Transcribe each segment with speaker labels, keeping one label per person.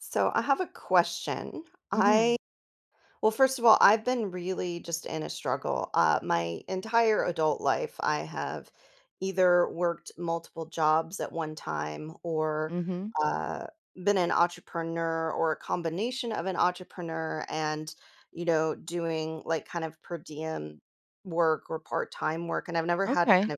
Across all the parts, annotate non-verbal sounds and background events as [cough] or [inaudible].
Speaker 1: So I have a question. I
Speaker 2: Mhm.
Speaker 1: Well, first of all, I've been really just in a struggle. My entire adult life, I have either worked multiple jobs at one time or
Speaker 2: Mhm.
Speaker 1: uh, been an entrepreneur or a combination of an entrepreneur and, doing like kind of per diem work or part time work. And I've never had kind
Speaker 2: Okay.
Speaker 1: of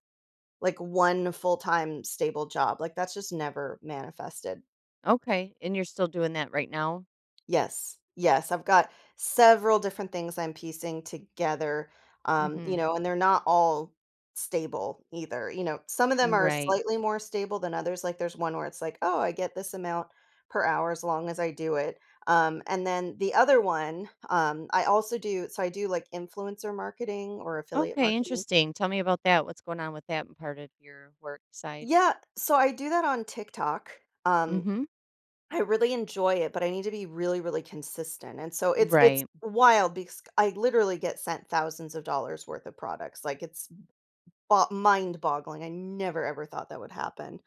Speaker 1: like one full time stable job. Like that's just never manifested.
Speaker 2: Okay. And you're still doing that right now?
Speaker 1: Yes, yes, I've got several different things I'm piecing together,
Speaker 2: Mhm.
Speaker 1: and they're not all stable either, some of them are
Speaker 2: Right.
Speaker 1: slightly more stable than others, like, there's one where it's like, "Oh, I get this amount per hour as long as I do it," and then the other one, I also do so I do, like, influencer marketing or affiliate
Speaker 2: Okay,
Speaker 1: marketing.
Speaker 2: interesting. Tell me about that. What's going on with that part of your work side?
Speaker 1: Yeah, so I do that on TikTok,
Speaker 2: Mhm.
Speaker 1: I really enjoy it, but I need to be really, really consistent, and so it's
Speaker 2: Right.
Speaker 1: wild because I literally get sent thousands of dollars worth of products, like, it's bo mind-boggling, I never ever thought that would happen,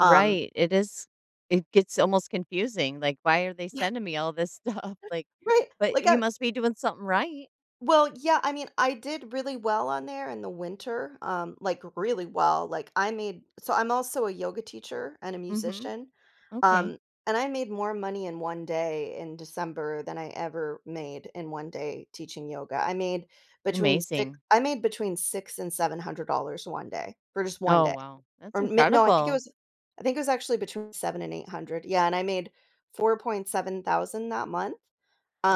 Speaker 1: um
Speaker 2: It is it gets almost confusing. Like why are they
Speaker 1: [laughs]
Speaker 2: sending me all this stuff? [laughs] Like
Speaker 1: Right?
Speaker 2: but
Speaker 1: Like,
Speaker 2: you
Speaker 1: I
Speaker 2: must be doing something right.
Speaker 1: Well, yeah, I mean, I did really well on there in the winter, like really well. So I'm also a yoga teacher and a
Speaker 2: Mhm.
Speaker 1: musician.
Speaker 2: Okay.
Speaker 1: Um, and I made more money in one day in December than I ever made in one day teaching yoga.
Speaker 2: Amazing.
Speaker 1: I made between six and seven hundred dollars one day for just one
Speaker 2: Oh,
Speaker 1: day.
Speaker 2: wow. That's
Speaker 1: No, I think
Speaker 2: incredible.
Speaker 1: I think it was actually between seven and eight hundred. Yeah, and I made 4,700 that month.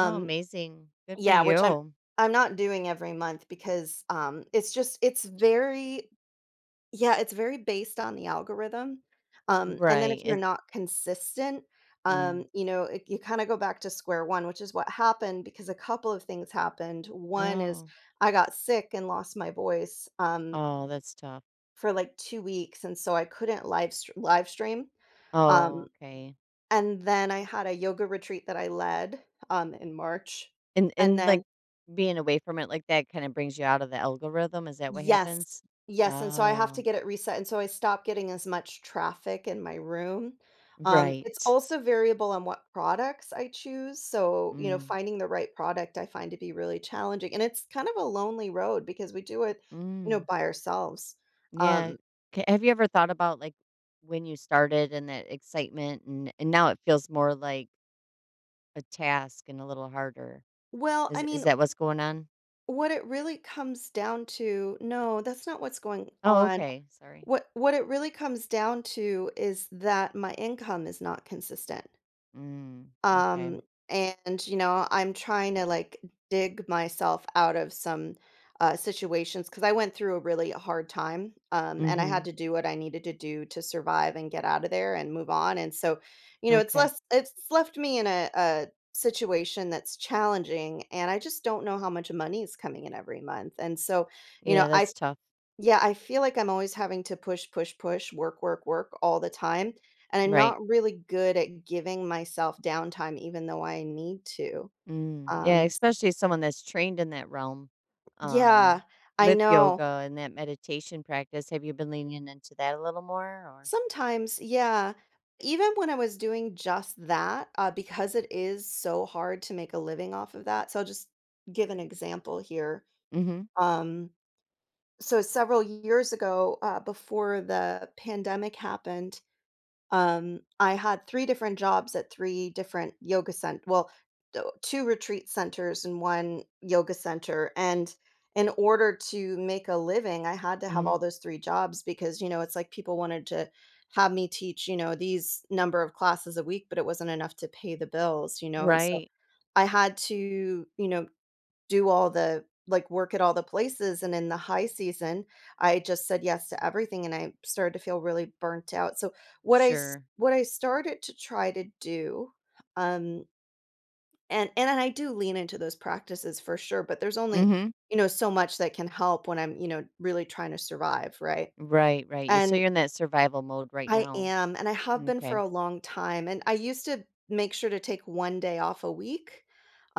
Speaker 2: Oh, amazing. Good for
Speaker 1: yeah, which I'm
Speaker 2: you.
Speaker 1: I'm not doing every month because, it's just it's very yeah, it's very based on the algorithm, and then if
Speaker 2: Right.
Speaker 1: you're
Speaker 2: It,
Speaker 1: not consistent,
Speaker 2: mm.
Speaker 1: it you kinda go back to square one, which is what happened because a couple of things happened. One is
Speaker 2: Oh.
Speaker 1: I got sick and lost my voice,
Speaker 2: Oh, that's tough.
Speaker 1: for, like, 2 weeks, and so I couldn't live stream,
Speaker 2: Oh,
Speaker 1: um,
Speaker 2: okay.
Speaker 1: and then I had a yoga retreat that I led, in March, and
Speaker 2: And,
Speaker 1: then.
Speaker 2: like, being away from it like that kinda brings you out of the algorithm, is that what
Speaker 1: Yes,
Speaker 2: happens?
Speaker 1: yes, and so I have to
Speaker 2: Oh,
Speaker 1: get it reset, and so I stop getting as much traffic in my room. It's
Speaker 2: right.
Speaker 1: also variable on what products I choose, so,
Speaker 2: Mm.
Speaker 1: finding the right product I find to be really challenging, and it's kind of a lonely road because we do it
Speaker 2: Mm.
Speaker 1: by ourselves.
Speaker 2: Yeah.
Speaker 1: Um,
Speaker 2: K have you ever thought about, like, when you started and that excitement and now it feels more like a task and a little harder?
Speaker 1: well, I
Speaker 2: Is
Speaker 1: mean,
Speaker 2: that what's going on?
Speaker 1: what it really comes down to no, that's not what's going
Speaker 2: Oh,
Speaker 1: on.
Speaker 2: okay, sorry.
Speaker 1: What it really comes down to is that my income is not consistent.
Speaker 2: Mm, okay.
Speaker 1: Um, and, I'm trying to like dig myself out of some situations because I went through a really hard time and I had
Speaker 2: Mhm.
Speaker 1: to do what I needed to do to survive and get out of there and move on. And so,
Speaker 2: Okay.
Speaker 1: it's left me in a situation that's challenging and I just don't know how much money is coming in every month. And so,
Speaker 2: Yeah,
Speaker 1: I
Speaker 2: that's tough.
Speaker 1: yeah, I feel like I'm always having to push, push, push, work, work, work all the time, and I'm
Speaker 2: Right.
Speaker 1: not really good at giving myself downtime even though I need to.
Speaker 2: Mm, yeah,
Speaker 1: Um,
Speaker 2: especially someone that's trained in that realm,
Speaker 1: yeah,
Speaker 2: um,
Speaker 1: I
Speaker 2: with
Speaker 1: know.
Speaker 2: yoga and that meditation practice. Have you been leaning into that a little more or?
Speaker 1: Sometimes, yeah, even when I was doing just that, because it is so hard to make a living off of that. So I'll just give an example here.
Speaker 2: Mhm,
Speaker 1: Um, so several years ago, before the pandemic happened. I had 3 different jobs at 3 different yoga cent well, t 2 retreat centers and 1 yoga center, and in order to make a living, I had to have
Speaker 2: mhm.
Speaker 1: all those 3 jobs because, it's like people wanted to have me teach, these number of classes a week, but it wasn't enough to pay the bills, and so
Speaker 2: Right,
Speaker 1: I had to, you know, do all the like work at all the places and in the high season, I just said yes to everything and I started to feel really burnt out. So
Speaker 2: sure.
Speaker 1: what I started to try to do um and I do lean into those practices for sure, but there's only
Speaker 2: Mhm.
Speaker 1: so much that can help when I'm really trying to survive, right?
Speaker 2: Right, right. You're so
Speaker 1: And
Speaker 2: you're in that survival mode right
Speaker 1: I
Speaker 2: now.
Speaker 1: am, and I have been for
Speaker 2: Okay.
Speaker 1: a long time, and I used to make sure to take 1 day off a week,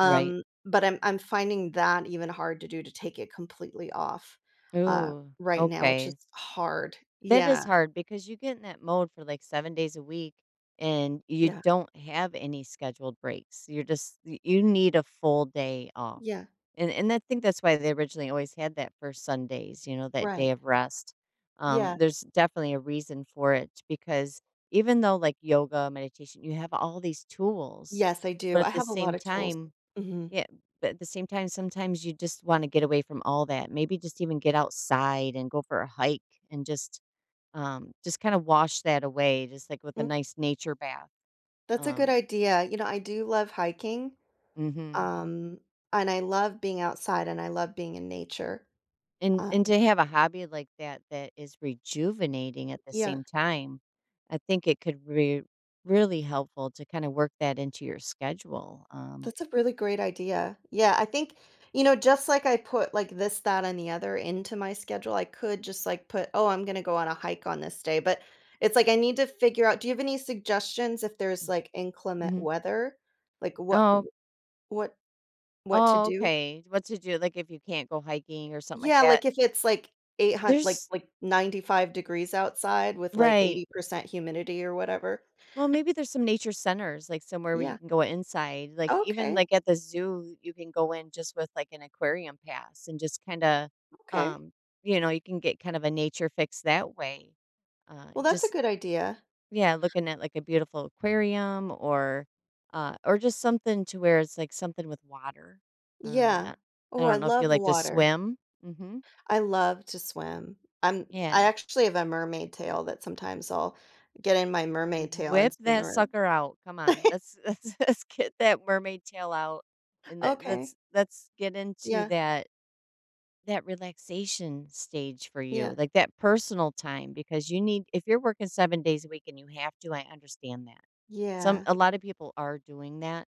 Speaker 2: Right.
Speaker 1: but I'm finding that even hard to do to take it completely off, uh,
Speaker 2: Ooh,
Speaker 1: right now, which is
Speaker 2: okay.
Speaker 1: hard.
Speaker 2: That is
Speaker 1: Yeah,
Speaker 2: hard because you get in that mode for like seven days a week and you
Speaker 1: yeah,
Speaker 2: don't have any scheduled breaks. You're just y you need a full day off.
Speaker 1: yeah,
Speaker 2: And I think that's why they originally always had that for Sundays, you know, that day
Speaker 1: right,
Speaker 2: of rest.
Speaker 1: yeah.
Speaker 2: There's definitely a reason for it because even though like yoga, meditation, you have all these tools,
Speaker 1: Yes, I do,
Speaker 2: but
Speaker 1: I
Speaker 2: at the
Speaker 1: have a lot
Speaker 2: same
Speaker 1: of tools.
Speaker 2: time,
Speaker 1: Mhm.
Speaker 2: yeah, but at the same time, sometimes you just want to get away from all that. Maybe just even get outside and go for a hike and just kind of wash that away, just like with a
Speaker 1: mm,
Speaker 2: nice nature bath.
Speaker 1: that's a good
Speaker 2: Um,
Speaker 1: idea, I do love hiking,
Speaker 2: hmm
Speaker 1: um, and I love being outside, and I love being in nature, uh,
Speaker 2: And to have a hobby like that that is rejuvenating at the
Speaker 1: yeah.
Speaker 2: same time, I think it could be really helpful to kinda work that into your schedule,
Speaker 1: That's a really great idea. Yeah, I think, just like I put like this, that, and the other into my schedule, I could just like put, oh, I'm going to go on a hike on this day. But it's like I need to figure out, do you have any suggestions if there's like inclement
Speaker 2: mhm.
Speaker 1: weather? Like
Speaker 2: Oh
Speaker 1: what, what to
Speaker 2: oh,
Speaker 1: do?
Speaker 2: okay. What to do, like, if you can't go hiking or something like
Speaker 1: Yeah,
Speaker 2: that.
Speaker 1: like if it's like 800, like,
Speaker 2: There's
Speaker 1: like 95 degrees outside with like
Speaker 2: right.
Speaker 1: 80% humidity or whatever.
Speaker 2: Well, maybe there's some nature centers, like somewhere where you
Speaker 1: Yeah.
Speaker 2: can go inside. Like even
Speaker 1: Okay.
Speaker 2: like at the zoo, you can go in just with like an aquarium pass and just kind of,
Speaker 1: Okay.
Speaker 2: um, you know, you can get kind of a nature fix that way. Uh,
Speaker 1: Well, that's a
Speaker 2: just
Speaker 1: good idea.
Speaker 2: yeah, looking at like a beautiful aquarium or just something to where it's like something with water. Um,
Speaker 1: Yeah.
Speaker 2: I, I
Speaker 1: Oh, I
Speaker 2: don't know if you
Speaker 1: love
Speaker 2: like to
Speaker 1: water.
Speaker 2: swim. Mm-hmm.
Speaker 1: I love to swim. I
Speaker 2: Yeah.
Speaker 1: actually have a mermaid tail that sometimes I'll get in my mermaid tail and
Speaker 2: Whip
Speaker 1: swim
Speaker 2: that
Speaker 1: around.
Speaker 2: sucker out. Come on.
Speaker 1: [laughs]
Speaker 2: Let's [laughs] let's get that mermaid tail out and let-
Speaker 1: Okay.
Speaker 2: let's let's get into
Speaker 1: Yeah,
Speaker 2: that that relaxation stage for
Speaker 1: yeah,
Speaker 2: you. Like that personal time because you need if you're working seven days a week and you have to, I understand that. Some
Speaker 1: yeah.
Speaker 2: a lot of people are doing that,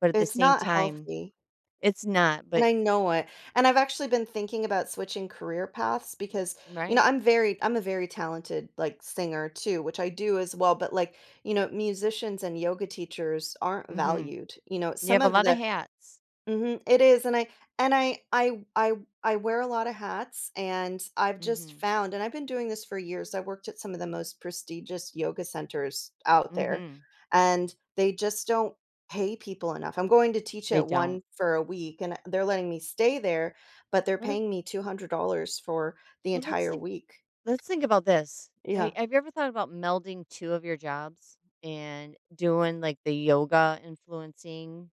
Speaker 2: but at the
Speaker 1: It's
Speaker 2: same
Speaker 1: not
Speaker 2: time,
Speaker 1: healthy,
Speaker 2: it's not,
Speaker 1: and
Speaker 2: but
Speaker 1: I know it, and I've actually been thinking about switching career paths because,
Speaker 2: right?
Speaker 1: I'm a very talented, like, singer too, which I do as well, but, like, musicians and yoga teachers aren't
Speaker 2: Mhm.
Speaker 1: valued,
Speaker 2: You
Speaker 1: some
Speaker 2: have a
Speaker 1: of
Speaker 2: lot of
Speaker 1: the.
Speaker 2: hats.
Speaker 1: Mhm, it is, and and I I I I wear a lot of hats, and I've just
Speaker 2: Mhm.
Speaker 1: found and I've been doing this for years, I worked at some of the most prestigious yoga centers out there,
Speaker 2: Mhm.
Speaker 1: and they just don't pay people enough. I'm going to teach
Speaker 2: They
Speaker 1: at one
Speaker 2: don't.
Speaker 1: for a week, and they're letting me stay there, but they're
Speaker 2: What a,
Speaker 1: paying me $200 for the
Speaker 2: well, let's
Speaker 1: entire
Speaker 2: think.
Speaker 1: week.
Speaker 2: Let's think about this. Ha
Speaker 1: Yeah.
Speaker 2: have you ever thought about melding two of your jobs and doing, like, the yoga influencing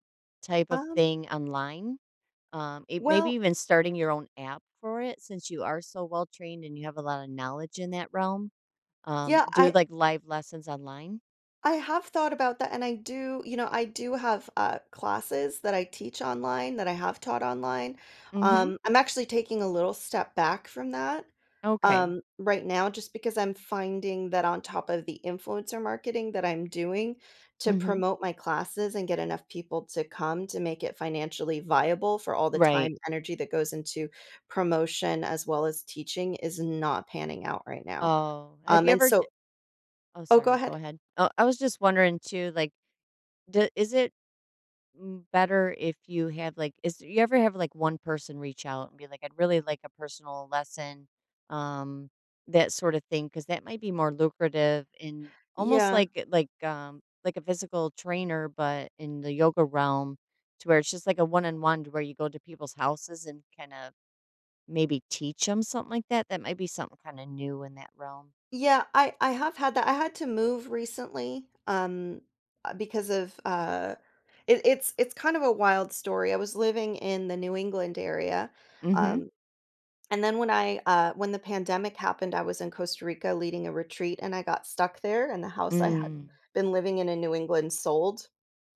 Speaker 2: type of
Speaker 1: Um,
Speaker 2: thing online? It maybe
Speaker 1: well,
Speaker 2: even starting your own app for it since you are so well trained and you have a lot of knowledge in that realm.
Speaker 1: yeah,
Speaker 2: Do,
Speaker 1: I
Speaker 2: like, live lessons online?
Speaker 1: I have thought about that, and I do I do have, classes that I teach online, that I have taught online.
Speaker 2: Mhm.
Speaker 1: I'm actually taking a little step back from that,
Speaker 2: Okay.
Speaker 1: right now just because I'm finding that on top of the influencer marketing that I'm doing to
Speaker 2: Mhm.
Speaker 1: promote my classes and get enough people to come to make it financially viable for all the time,
Speaker 2: Right.
Speaker 1: energy that goes into promotion as well as teaching is not panning out right now.
Speaker 2: Oh, have you
Speaker 1: And
Speaker 2: ever
Speaker 1: so.
Speaker 2: d oh,
Speaker 1: Oh, go
Speaker 2: sorry, go
Speaker 1: ahead.
Speaker 2: ahead. Oh, I was just wondering too, like, d is it m- better if you have like is you ever have like one person reach out and be like I'd really like a personal lesson um that sort of thing because that might be more lucrative in almost
Speaker 1: Yeah.
Speaker 2: like a physical trainer but in the yoga realm to where it's just like a one-on-one to where you go to people's houses and kind of maybe teach them something like that that might be something kind of new in that realm.
Speaker 1: Yeah, I have had that. I had to move recently, because of it's kind of a wild story. I was living in the New England area,
Speaker 2: hmm
Speaker 1: um, and then when the pandemic happened, I was in Costa Rica leading a retreat, and I got stuck there. And the house I had
Speaker 2: mm,
Speaker 1: been living in New England sold,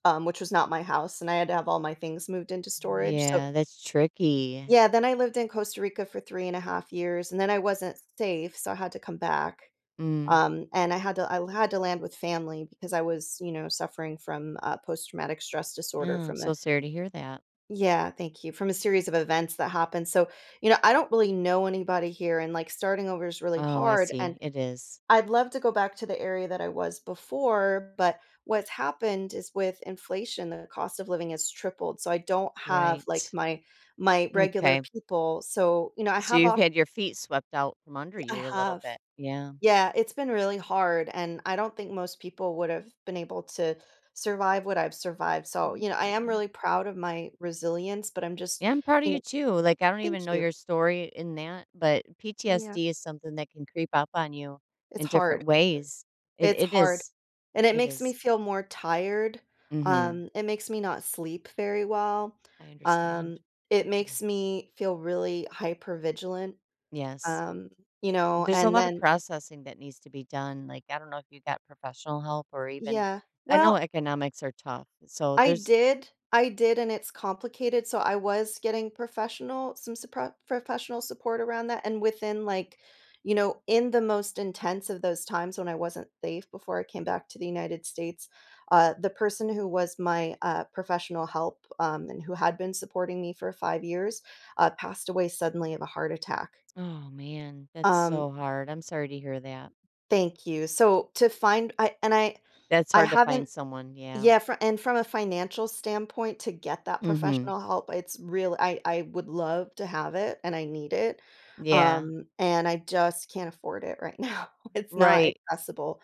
Speaker 1: which was not my house, and I had to have all my things moved into storage. So
Speaker 2: yeah that's tricky.
Speaker 1: yeah, then I lived in Costa Rica for 3.5 years, and then I wasn't safe, so I had to come back.
Speaker 2: mm,
Speaker 1: And I had to land with family because I was suffering from post traumatic stress disorder
Speaker 2: yeah, I'm
Speaker 1: from
Speaker 2: so
Speaker 1: a.
Speaker 2: sorry to hear that.
Speaker 1: Yeah, thank you. From a series of events that happened. So, I don't really know anybody here and like starting over is really
Speaker 2: Oh, I
Speaker 1: hard and
Speaker 2: see. It is.
Speaker 1: I'd love to go back to the area that I was before, but what's happened is with inflation the cost of living has tripled. So I don't have like
Speaker 2: Right.
Speaker 1: my regular
Speaker 2: Okay.
Speaker 1: people. So,
Speaker 2: So you've had your feet swept out from under
Speaker 1: I
Speaker 2: you a little
Speaker 1: have.
Speaker 2: bit. Yeah.
Speaker 1: Yeah, it's been really hard, and I don't think most people would have been able to survive what I've survived, so,
Speaker 2: Yeah.
Speaker 1: I am
Speaker 2: Yeah.
Speaker 1: really proud of my resilience, but I'm just
Speaker 2: Yeah, I'm proud of
Speaker 1: you
Speaker 2: you
Speaker 1: know
Speaker 2: too. Like I don't
Speaker 1: thank
Speaker 2: even know
Speaker 1: you.
Speaker 2: your story in that, but
Speaker 1: Yeah.
Speaker 2: PTSD is something that can creep up on you
Speaker 1: It's
Speaker 2: in
Speaker 1: hard.
Speaker 2: different ways. It
Speaker 1: It's
Speaker 2: it
Speaker 1: hard,
Speaker 2: is.
Speaker 1: and it
Speaker 2: It
Speaker 1: makes me
Speaker 2: is.
Speaker 1: feel more tired,
Speaker 2: Mhm.
Speaker 1: it makes me not sleep very well,
Speaker 2: I understand.
Speaker 1: um, it
Speaker 2: Mm-mm.
Speaker 1: makes me feel really hypervigilant,
Speaker 2: Yes.
Speaker 1: um,
Speaker 2: There's a
Speaker 1: and
Speaker 2: lot of
Speaker 1: then.
Speaker 2: processing that needs to be done. Like I don't know if you got professional help or even
Speaker 1: Yeah.
Speaker 2: I know
Speaker 1: Well,
Speaker 2: economics are tough. So there's
Speaker 1: I did, and it's complicated, so I was getting professional some supra professional support around that, and within, like, in the most intense of those times when I wasn't safe before I came back to the United States, the person who was my, professional help, and who had been supporting me for 5 years, passed away suddenly of a heart attack.
Speaker 2: oh man, that's
Speaker 1: Um,
Speaker 2: so hard. I'm sorry to hear that.
Speaker 1: Thank you. So, to find I and I
Speaker 2: That's
Speaker 1: I
Speaker 2: hard to
Speaker 1: haven't
Speaker 2: find someone, yeah.
Speaker 1: yeah. fro and from a financial standpoint, to get that
Speaker 2: Mhm.
Speaker 1: professional help, it's really I would love to have it, and I need it,
Speaker 2: Yeah.
Speaker 1: and I just can't afford it right now. [laughs] It's not
Speaker 2: Right.
Speaker 1: accessible.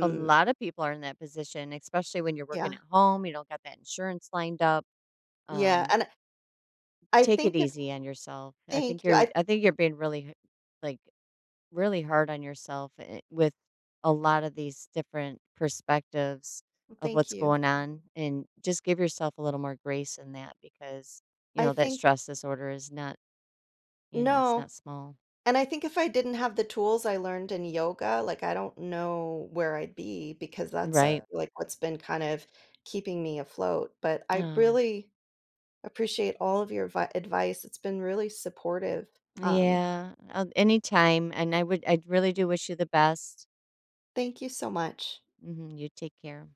Speaker 2: A lot of people are in that position, especially when you're working
Speaker 1: yeah,
Speaker 2: at home, you don't got that insurance lined up.
Speaker 1: yeah,
Speaker 2: Um,
Speaker 1: and I
Speaker 2: take
Speaker 1: think
Speaker 2: it
Speaker 1: if.
Speaker 2: easy on yourself. I think
Speaker 1: Thank you,
Speaker 2: you're
Speaker 1: I.
Speaker 2: I think you're being really h- like really hard on yourself eh, with a lot of these different perspectives of
Speaker 1: Thank
Speaker 2: what's
Speaker 1: you.
Speaker 2: going on and just give yourself a little more grace in that because you
Speaker 1: I
Speaker 2: know that
Speaker 1: think.
Speaker 2: stress disorder is not. You know, it's
Speaker 1: No,
Speaker 2: not small.
Speaker 1: and I think if I didn't have the tools I learned in yoga, like, I don't know where I'd be because that's,
Speaker 2: Right.
Speaker 1: like, what's been kind of keeping me afloat, but I
Speaker 2: Oh,
Speaker 1: really. Appreciate all of your advice. It's been really supportive. Um,
Speaker 2: yeah. Anytime. And I would, I really do wish you the best.
Speaker 1: Thank you so much.
Speaker 2: Hmm. You take care.